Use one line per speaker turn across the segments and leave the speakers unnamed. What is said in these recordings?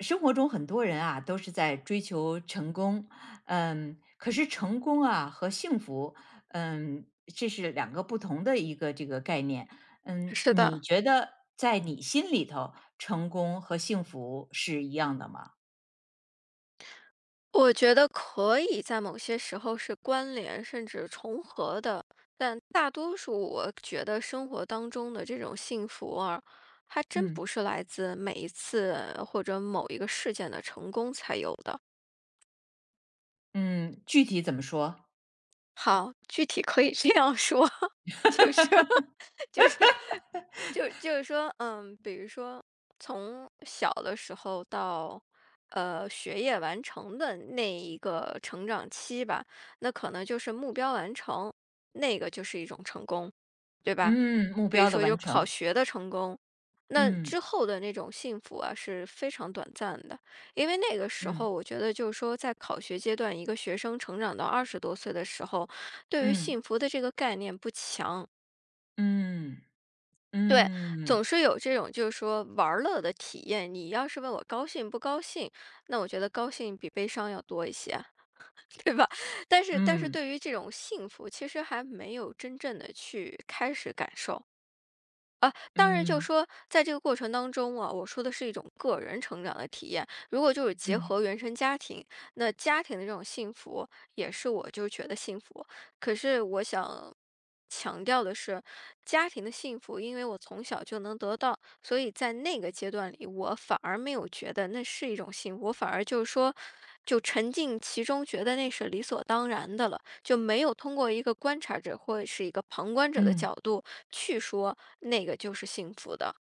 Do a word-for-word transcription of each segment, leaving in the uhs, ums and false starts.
生活中很多人啊，都是在追求成功，嗯，可是成功啊和幸福，嗯，这是两个不同的一个这个概念。嗯，
是
你
的，
觉得在你心里头，成功和幸福是一样的吗？
我觉得可以在某些时候是关联甚至重合的。大多数我觉得生活当中的这种幸福啊，还真
嗯
不是来自每一次或者某一个事件的成功才有的。
嗯，具体怎么说？
好，具体可以这样说，就是 就是就就是说，嗯，比如说从小的时候到呃学业完成的那一个成长期吧，那可能就是目标完成，那个就是一种成功，对吧？
嗯，目
比如
标的
说就
完
考
成。
学的成功，那
嗯
之后的那种幸福啊是非常短暂的，因为那个时
嗯
候我觉得就是说，在考学阶段，一个学生成长到二十多岁的时候，对于
嗯
幸福的这个概念不强。
嗯
对，
嗯
总
嗯
是有这种就是说玩儿乐的体验。你要是问我高兴不高兴，那我觉得高兴比悲伤要多一些，对吧？但是，但是
嗯
对于这种幸福，其实还没有真正的去开始感受。啊，当然就
嗯
说在这个过程当中啊，我说的是一种个人成长的体验。如果就是结
嗯
合原生家庭，那家庭的这种幸福也是我就觉得幸福。可是我想强调的是，家庭的幸福，因为我从小就能得到，所以在那个阶段里，我反而没有觉得那是一种幸福，我反而就是说，就沉浸其中，觉得那是理所当然的了。就没有通过一个观察者或者是一个旁观者的
嗯。
角度去说那个就是幸福的。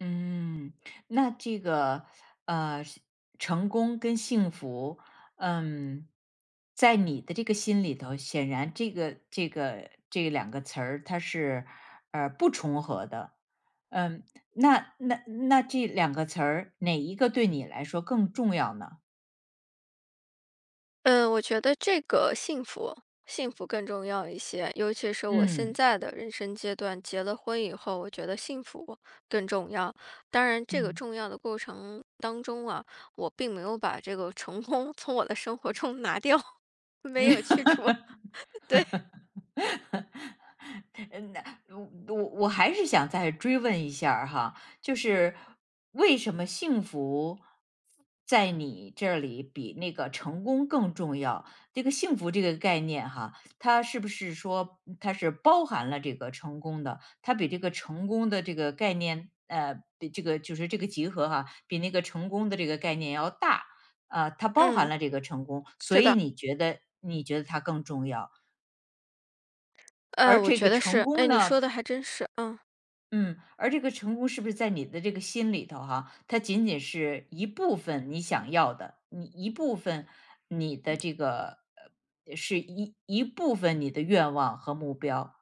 嗯，那这个呃，是成功跟幸福，嗯，在你的这个心里头，显然这个这个这两个词儿，它是呃不重合的。嗯，那那那这两个词儿，哪一个对你来说更重要呢？
嗯，我觉得这个幸福，幸福更重要一些，尤其是我现
嗯
在的人生阶段，结了婚以后，我觉得幸福更重要。当然，这个
嗯
重要的过程当中啊，我并没有把这个成功 从我的生活中拿掉，没有
嗯
去除。对，
嗯那我我我还是想再追问一下儿哈，就是为什么幸福在你这里比那个成功更重要？这个幸福这个概念哈，它是不是说它是包含了这个成功的？它比这个成功的这个概念，呃，比这个就是这个集合哈，比那个成功的这个概念要大，呃，它包含
嗯，
了这个成功，所
是
以
的，
你觉得你觉得它更重要？
呃，
而
我
这
觉
个
得
成
是，哎，
功
你
呢，
说的还真是，嗯
嗯，而这个成功是不是在你的这个心里头哈，它仅仅是一部分你想要的，你一部分你的这个呃，是一一部分你的愿望和目标，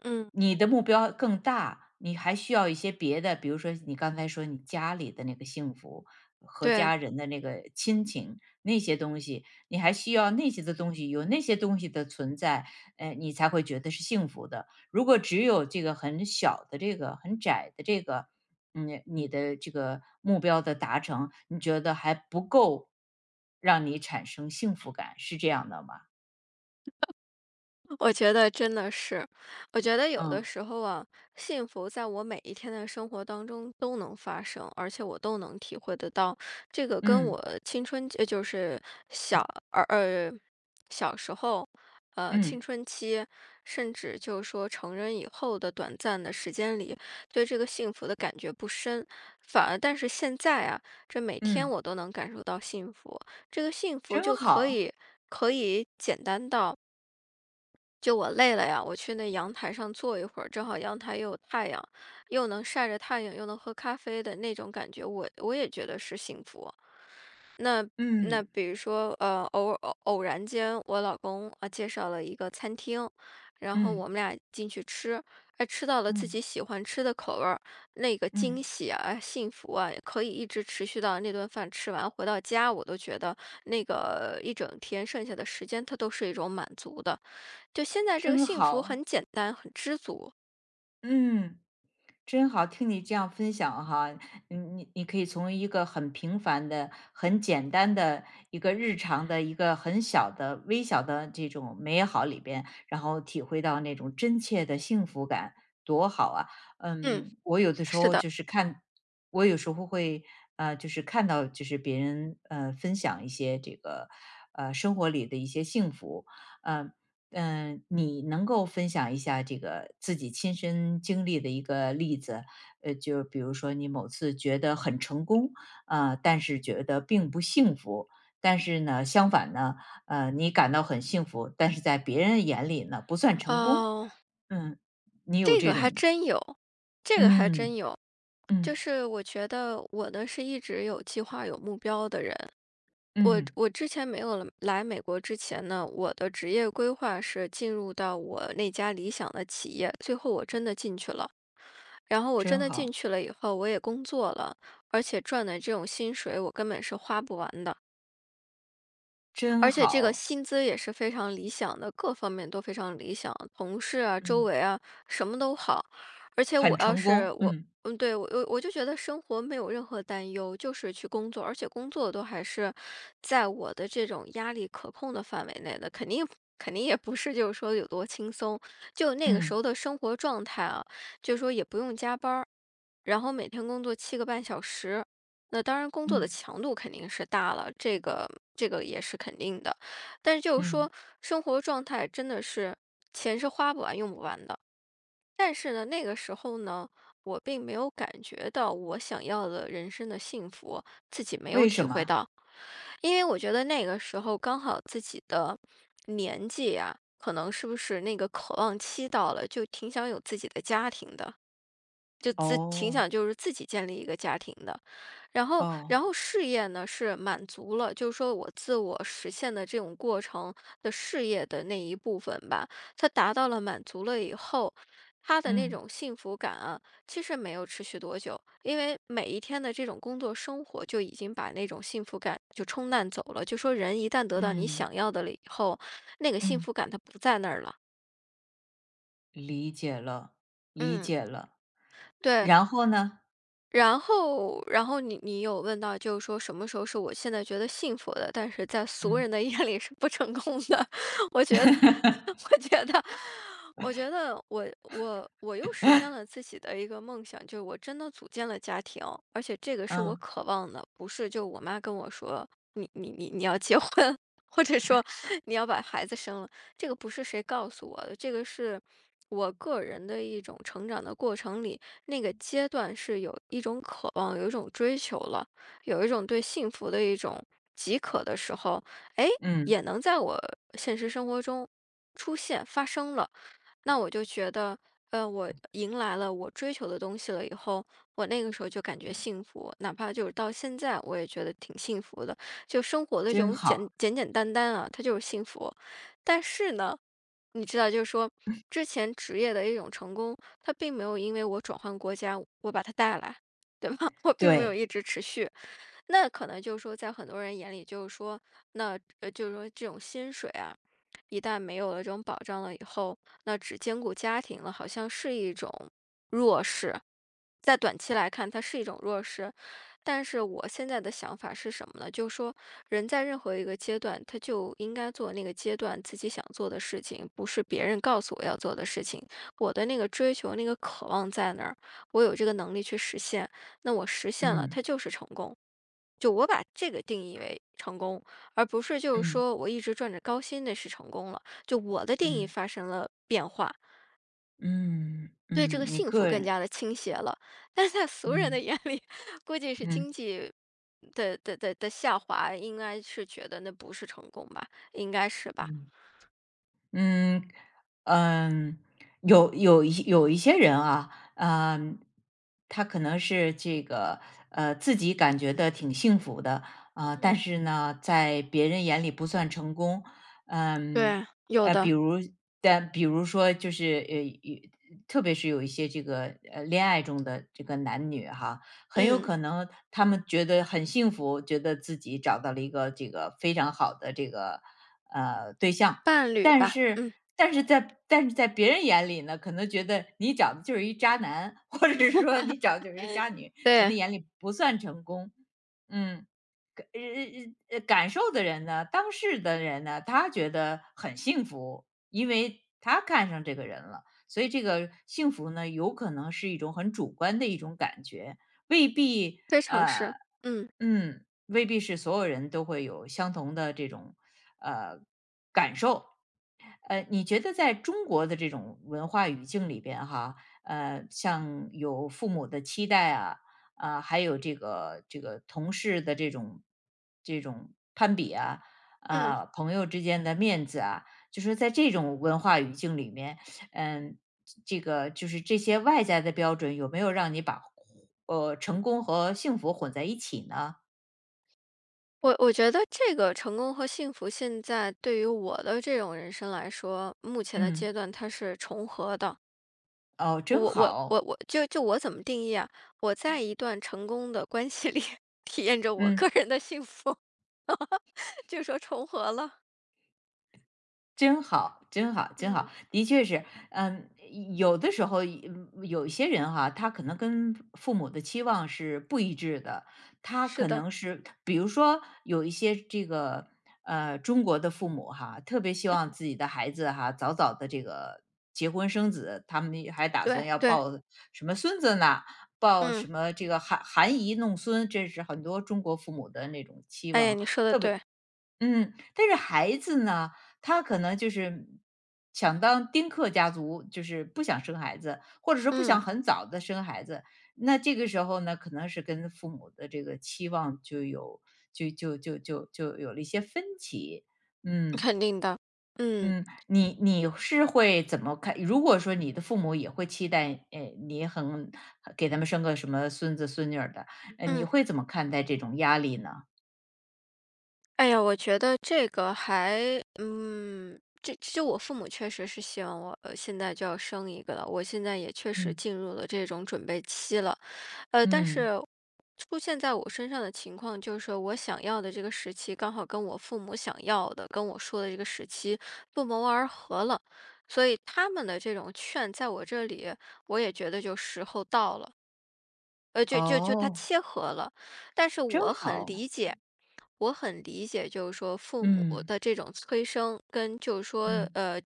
嗯，
你的目标更大，你还需要一些别的，比如说你刚才说你家里的那个幸福和
对。
家人的那个亲情那些东西，你还需要那些的东西，有那些东西的存在，呃，你才会觉得是幸福的。如果只有这个很小的这个很窄的这个，嗯，你的这个目标的达成，你觉得还不够让你产生幸福感，是这样的吗？
我觉得真的是，我觉得有的
嗯
时候啊，幸福在我每一天的生活当中都能发生，而且我都能体会得到。这个跟
嗯
我青春期，呃就是小呃呃小时候，呃
嗯
青春期，甚至就是说成人以后的短暂的时间里，对这个幸福的感觉不深。反而，但是现在啊，这每天
嗯，
我都能感受到幸福，这个幸福
真
就可
好，
以可以简单到。就我累了呀，我去那阳台上坐一会儿，正好阳台又有太阳，又能晒着太阳，又能喝咖啡的那种感觉，我我也觉得是幸福。那
嗯。
比如说，呃，偶偶偶然间，我老公啊介绍了一个餐厅，然后
嗯
我们俩进去吃，哎，吃到了自己
嗯
喜欢吃的口味儿，那个惊
嗯，
喜啊、哎幸福啊，可以一直持续到那顿饭吃完回到家，我都觉得那个一整天剩下的时间，它都是一种满足的。就现在这个
真
幸福很
好，
简单，很知足。
嗯，真好，听你这样分享哈，你你你可以从一个很平凡的、很简单的一个日常的一个很小的、微小的这种美好里边，然后体会到那种真切的幸福感，多好啊！
嗯，
嗯，我有的时
是
候
的，
就是看，我有时候会呃，就是看到就是别人呃分享一些这个呃生活里的一些幸福，嗯、嗯，呃你能够分享一下这个自己亲身经历的一个例子？呃，就比如说你某次觉得很成功，呃，但是觉得并不幸福，但是呢，相反呢，呃，你感到很幸福，但是在别人眼里呢，不算成功。
哦，
嗯，你有
这
这
个还
种，
真有，这个还真
嗯
有。就
嗯
是我觉得我呢是一直有计划、有目标的人。我
嗯，
我之前没有了来美国之前呢，我的职业规划是进入到我那家理想的企业，最后我真的进去了。然后我真
真
的进
好，
去了以后，我也工作了，而且赚的这种薪水我根本是花不完的。而
真
且这个
好，
薪资也是非常理想的，各方面都非常理想，同事啊、周
嗯，
围啊，什么都好。而且我
很
要
成
是
功，
我，
嗯
嗯，对我我我就觉得生活没有任何担忧，就是去工作，而且工作都还是在我的这种压力可控的范围内的，肯定肯定也不是就是说有多轻松，就那个时
嗯
候的生活状态啊，就是说也不用加班儿，然后每天工作七个半小时。那当然，工作的
嗯
强度肯定是大了，这个这个也是肯定的。但是就是
嗯，
说，生活状态真的是钱是花不完、用不完的。但是呢，那个时候呢，我并没有感觉到我想要的人生的幸福，自己没有
为什
体会
么？
到，因为我觉得那个时候刚好自己的年纪呀、可能是不是那个渴望期到了，就挺想有自己的家庭的。就自挺
哦
想就是自己建立一个家庭的。然后
哦，
然后事业呢，是满足了，就是说我自我实现的这种过程的事业的那一部分吧，它达到了满足了以后，他的那
嗯
种幸福感啊，其实没有持续多久，因为每一天的这种工作生活就已经把那种幸福感就冲淡走了。就说人一旦得到你
嗯。
想要的了以后，那个幸
嗯，
福感它不在那儿了。
理解了，理
嗯，
解了。
对。
然后呢？
然后然后你你有问到就是说什么时候是我现在觉得幸福的，但是在俗
嗯，
人的眼里是不成功的。我觉得 我觉得我觉得我我我又实现了自己的一个梦想，就是我真的组建了家庭，而且这个是我
嗯，
渴望的，不是就我妈跟我说："你你你你要结婚。"或者说你要把孩子生了，这个不是谁告诉我的，这个是我个人的一种成长的过程里，那个阶段是有一种渴望，有一种追求了，有一种对幸福的一种饥渴的时候，哎，
嗯，
也能在我现实生活中出现发生了。那我就觉得，呃，我迎来了我追求的东西了以后，我那个时候就感觉幸福，哪怕就是到现在，我也觉得挺幸福的。就生活的这
真
种简
好。
简简单单啊，它就是幸福。但是呢，你知道，就是说之前职业的一种成功，它并没有因为我转换国家，我把它带来，对吧？我并没
对，
有一直持续。那可能就是说，在很多人眼里，就是说，那呃，就是说这种薪水啊，一旦没有了这种保障了以后，那只兼顾家庭了，好像是一种弱势。在短期来看，它是一种弱势。但是我现在的想法是什么呢？就是说，人在任何一个阶段，他就应该做那个阶段自己想做的事情，不是别人告诉我要做的事情。我的那个追求、那个渴望在那儿，我有这个能力去实现，那我实现了，
嗯，
它就是成功。就我把这个定义为成功，而不是就是
嗯，
说我一直赚着高薪那是成功了。就我的定义
嗯，
发生了变化，
嗯，
对这个
嗯，你
幸福
个
更
人
加的倾斜了。但是在俗人的
嗯，
眼里，估计是
嗯，
经济的的的的下滑，应该是觉得那不是成功吧？应该是吧？
嗯。嗯，嗯，有有一有一些人啊，嗯，他可能是这个，呃，自己感觉的挺幸福的，啊、
嗯，
但是呢，在别人眼里不算成功，嗯，
对，有
呃，
的，
比如，但比如说就是，呃，一特别是有一些这个呃恋爱中的这个男女哈，很有
嗯，
可能他们觉得很幸福，觉得自己找到了一个这个非常好的这个呃对象，
伴侣
但
吧，
是
嗯，
但是在但是在别人眼里呢，可能觉得你找的就是一渣男，或者是说你找的就是一渣女，可
对，
能眼里不算成功。嗯，感呃呃呃，感受的人呢，当事的人呢，他觉得很幸福，因为他看上这个人了，所以这个幸福呢，有可能是一种很主观的一种感觉，未必
非常是，
呃，
嗯
嗯，未必是所有人都会有相同的这种呃感受。呃，你觉得在中国的这种文化语境里边哈，呃，像有父母的期待啊，啊，还有这个这个同事的这种这种攀比啊，
嗯。
啊，朋友之间的面子啊，就是在这种文化语境里面，嗯，这个就是这些外在的标准有没有让你把呃成功和幸福混在一起呢？
我我觉得这个成功和幸福，现在对于我的这种人生来说，目前的
嗯，
阶段它是重合的。
哦，真
我我我
好，
我就就我怎么定义啊？我在一段成功的关系里 体验着我
嗯。
个人的幸福，就说重合了。
真好，真好，真
嗯，
好，的确是，嗯，有的时候嗯有一些人哈，他可能跟父母的期望是不一致的，他
是
可
的，
能是，比如说有一些这个呃中国的父母哈，特别希望自己的孩子哈早早的这个结婚生子，他们还打
对
算要
对，
抱什么孙子呢，抱
嗯，
什么这个含含饴弄孙，这是很多中国父母的那种期
哎呀，
望。
你说的对，
嗯，但是孩子呢，他可能就是想当丁克家族，就是不想生孩子，或者说不想
嗯，
很早的生孩子。那这个时候呢，可能是跟父母的这个期望就有就就就就就有了一些分歧。嗯
肯定的，嗯
嗯，你你是会怎么看？如果说你的父母也会期待，呃，你很给他们生个什么孙子孙女儿的，呃，你
嗯。
会怎么看待这种压力呢？
哎呀，我觉得这个还，嗯，这就我父母确实是希望我呃现在就要生一个了，我现在也确实
嗯
进入了这种准备期了，呃，但
嗯，
是出现在我身上的情况就是我想要的这个时期刚好跟我父母想要的跟我说的这个时期不谋而合了，所以他们的这种劝在我这里，我也觉得就时候到了。呃，就就就它
哦，
切合了。但是
真
我很
好。
理解，我很理解，就是说父母
嗯，
的这种催生，跟就是说
嗯，
呃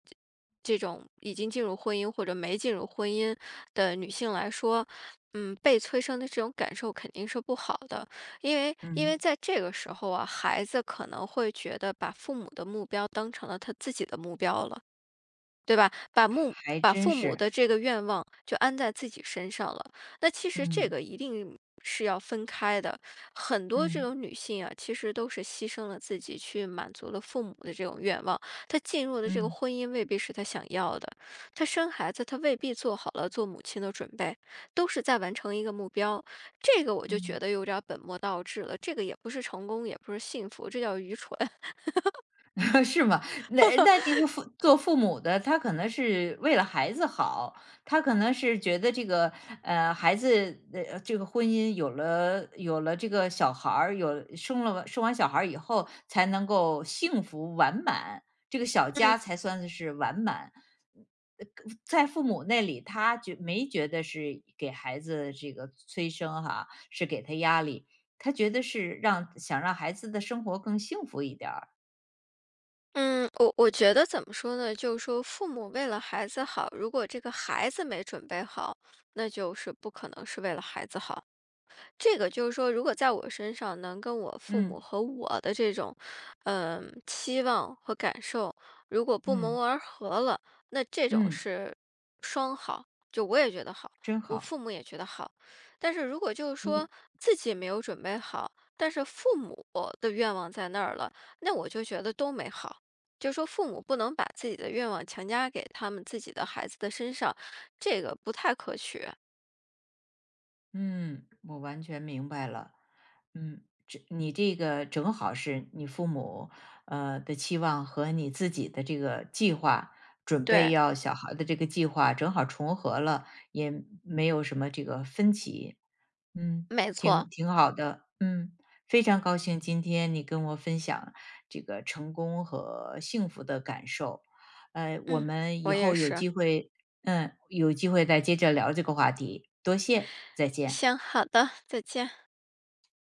这种已经进入婚姻或者没进入婚姻的女性来说，嗯，被催生的这种感受肯定是不好的，因为因
嗯。
为在这个时候啊，孩子可能会觉得把父母的目标当成了他自己的目标了。对吧？把目
还
把
真
父母
是。
的这个愿望就安在自己身上了，那其实这
嗯，
个一定是要分开的。很多这
嗯，
种女性啊，其实都是牺牲了自己去满足了父母的这种愿望，她进入的这个
嗯，
婚姻未必是她想要的，她生孩子她未必做好了做母亲的准备，都是在完成一个目标。这个我就觉
嗯。
得有点儿本末倒置了，这个也不是成功，也不是幸福，这叫愚蠢。
是吗？那那这个父做父母的，他可能是为了孩子好，他可能是觉得这个，呃，孩子，呃，这个婚姻有了有了这个小孩儿，有生了生完小孩儿以后才能够幸福完满，这个小家 才算是完满。呃在父母那里，他觉没觉得是给孩子这个催生哈，是给他压力，他觉得是让想让孩子的生活更幸福一点儿。
嗯，我我觉得怎么说呢？就是说，父母为了孩子好，如果这个孩子没准备好，那就是不可能是为了孩子好。这个就是说，如果在我身上能跟我父母
嗯。
和我的这种，嗯，期望和感受，如果不谋
嗯
而合了，那这种
嗯，
是双好，就我也觉得好，
真
我
好，
父母也觉得好。但是如果就是说
你
自己没有准备好，但是父母的愿望在那儿了，那我就觉得都没好。就说父母不能把自己的愿望强加给他们自己的孩子的身上，这个不太可取。
嗯，我完全明白了。嗯，这你这个正好是你父母呃的期望和你自己的这个计划，准备
对，
要小孩的这个计划正好重合了，也没有什么这个分歧。嗯，
没
挺
错。
挺好的。嗯，非常高兴今天你跟我分享这个成功和幸福的感受。呃，我
嗯，
们以
我也
后有
是。
机会，嗯，有机会再接着聊这个话题。多谢，再见。
行，好的，再见。